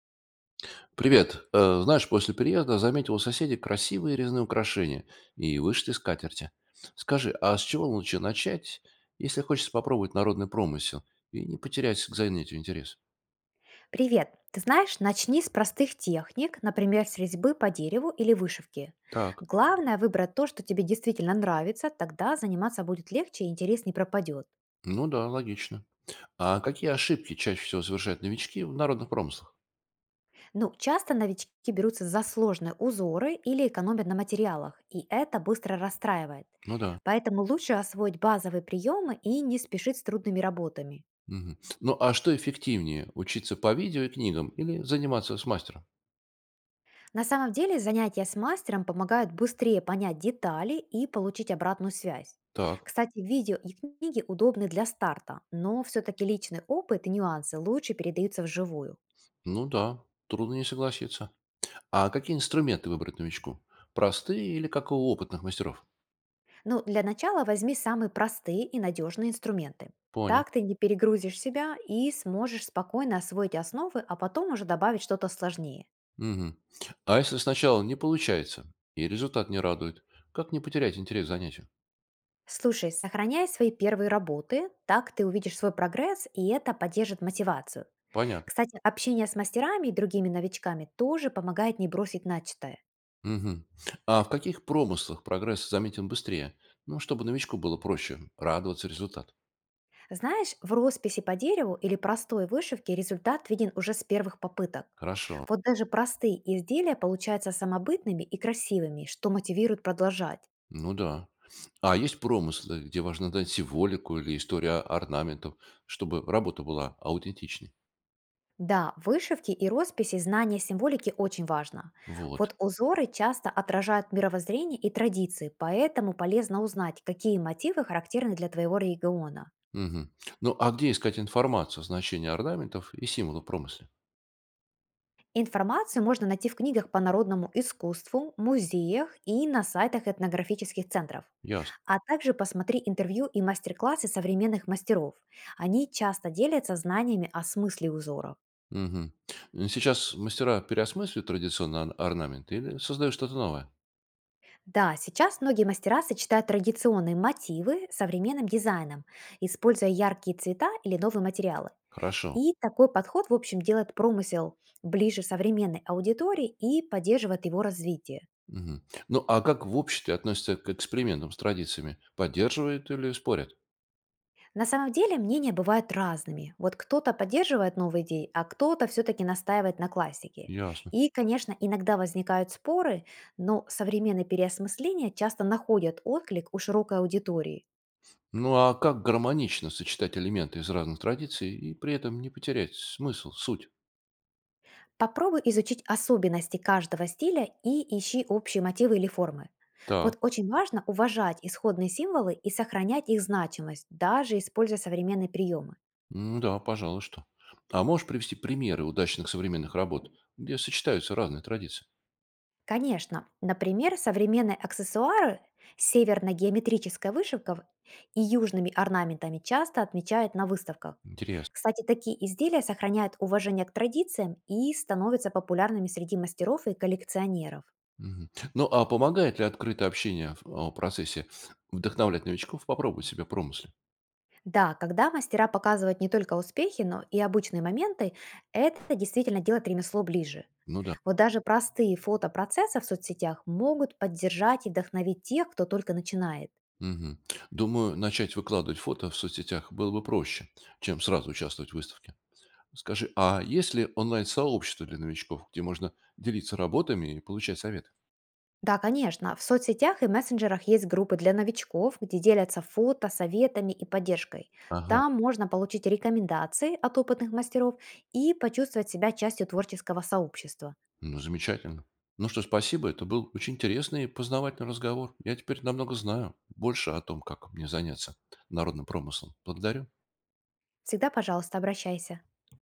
Привет. Знаешь, после переезда заметил у соседей красивые резные украшения и вышли из скатерти. Скажи, а с чего лучше начать, если хочется попробовать народный промысел и не потерять к занятию интерес? Привет! Ты знаешь, начни с простых техник, например, с резьбы по дереву или вышивки. Так, Главное выбрать то, что тебе действительно нравится, тогда заниматься будет легче и интерес не пропадет. ну да, логично. А какие ошибки чаще всего совершают новички в народных промыслах? Ну, часто новички берутся за сложные узоры или экономят на материалах, и это быстро расстраивает. Ну да. Поэтому лучше освоить базовые приемы и не спешить с трудными работами. Мгм. Ну а что эффективнее, учиться по видео и книгам или заниматься с мастером? На самом деле занятия с мастером помогают быстрее понять детали и получить обратную связь. Так, Кстати, видео и книги удобны для старта, но все-таки личный опыт и нюансы лучше передаются вживую. ну да, трудно не согласиться. А какие инструменты выбрать новичку? Простые или как у опытных мастеров? Но для начала возьми самые простые и надежные инструменты. Понял. Так ты не перегрузишь себя и сможешь спокойно освоить основы, а потом уже добавить что-то сложнее. Мгм. А если сначала не получается и результат не радует, как не потерять интерес к занятию? Слушай, сохраняй свои первые работы, так ты увидишь свой прогресс, и это поддержит мотивацию. Понятно. Кстати, общение с мастерами и другими новичками тоже помогает не бросить начатое. Мгм. А в каких промыслах прогресс заметен быстрее? Ну, чтобы новичку было проще радоваться результату. Знаешь, в росписи по дереву или простой вышивке результат виден уже с первых попыток. Хорошо. Вот даже простые изделия получаются самобытными и красивыми, что мотивирует продолжать. Ну да. А есть промыслы, где важно дать символику или историю орнаментов, чтобы работа была аутентичной? Да, в вышивке и росписи знание символики очень важно. Вот. Вот узоры часто отражают мировоззрение и традиции, поэтому полезно узнать, какие мотивы характерны для твоего региона. Мгм. Ну, а где искать информацию о значении орнаментов и символов в промысле? Информацию можно найти в книгах по народному искусству, музеях и на сайтах этнографических центров. Ясно. А также посмотри интервью и мастер-классы современных мастеров. Они часто делятся знаниями о смысле узоров. Мгм. Сейчас мастера переосмысливают традиционные орнаменты или создают что-то новое? Да, сейчас многие мастера сочетают традиционные мотивы с современным дизайном, используя яркие цвета или новые материалы. Хорошо. И такой подход, в общем, делает промысел ближе современной аудитории и поддерживает его развитие. Мгм. Ну, а как в обществе относятся к экспериментам с традициями? Поддерживают или спорят? На самом деле мнения бывают разными. Вот кто-то поддерживает новые идеи, а кто-то все-таки настаивает на классике. Ясно. И, конечно, иногда возникают споры, но современные переосмысления часто находят отклик у широкой аудитории. Ну, а как гармонично сочетать элементы из разных традиций и при этом не потерять смысл, суть? Попробуй изучить особенности каждого стиля и ищи общие мотивы или формы. Так. Вот очень важно уважать исходные символы и сохранять их значимость, даже используя современные приемы. Да, пожалуй, что. А можешь привести примеры удачных современных работ, где сочетаются разные традиции? Конечно. Например, современные аксессуары с северно-геометрической вышивкой и южными орнаментами часто отмечают на выставках. Интересно. Кстати, такие изделия сохраняют уважение к традициям и становятся популярными среди мастеров и коллекционеров. Мгм. Ну, а помогает ли открытое общение в о процессе вдохновлять новичков попробовать себя в промысле? Да, когда мастера показывают не только успехи, но и обычные моменты, это действительно делает ремесло ближе. Ну да. Вот даже простые фото процесса в соцсетях могут поддержать и вдохновить тех, кто только начинает. Мгм. Думаю, начать выкладывать фото в соцсетях было бы проще, чем сразу участвовать в выставке. Скажи, а есть ли онлайн-сообщество для новичков, где можно делиться работами и получать советы? Да, конечно. В соцсетях и мессенджерах есть группы для новичков, где делятся фото, советами и поддержкой. Ага, Там можно получить рекомендации от опытных мастеров и почувствовать себя частью творческого сообщества. ну замечательно. Ну что, спасибо, это был очень интересный и познавательный разговор. Я теперь намного знаю больше о том, как мне заняться народным промыслом. Благодарю. Всегда, пожалуйста, обращайся.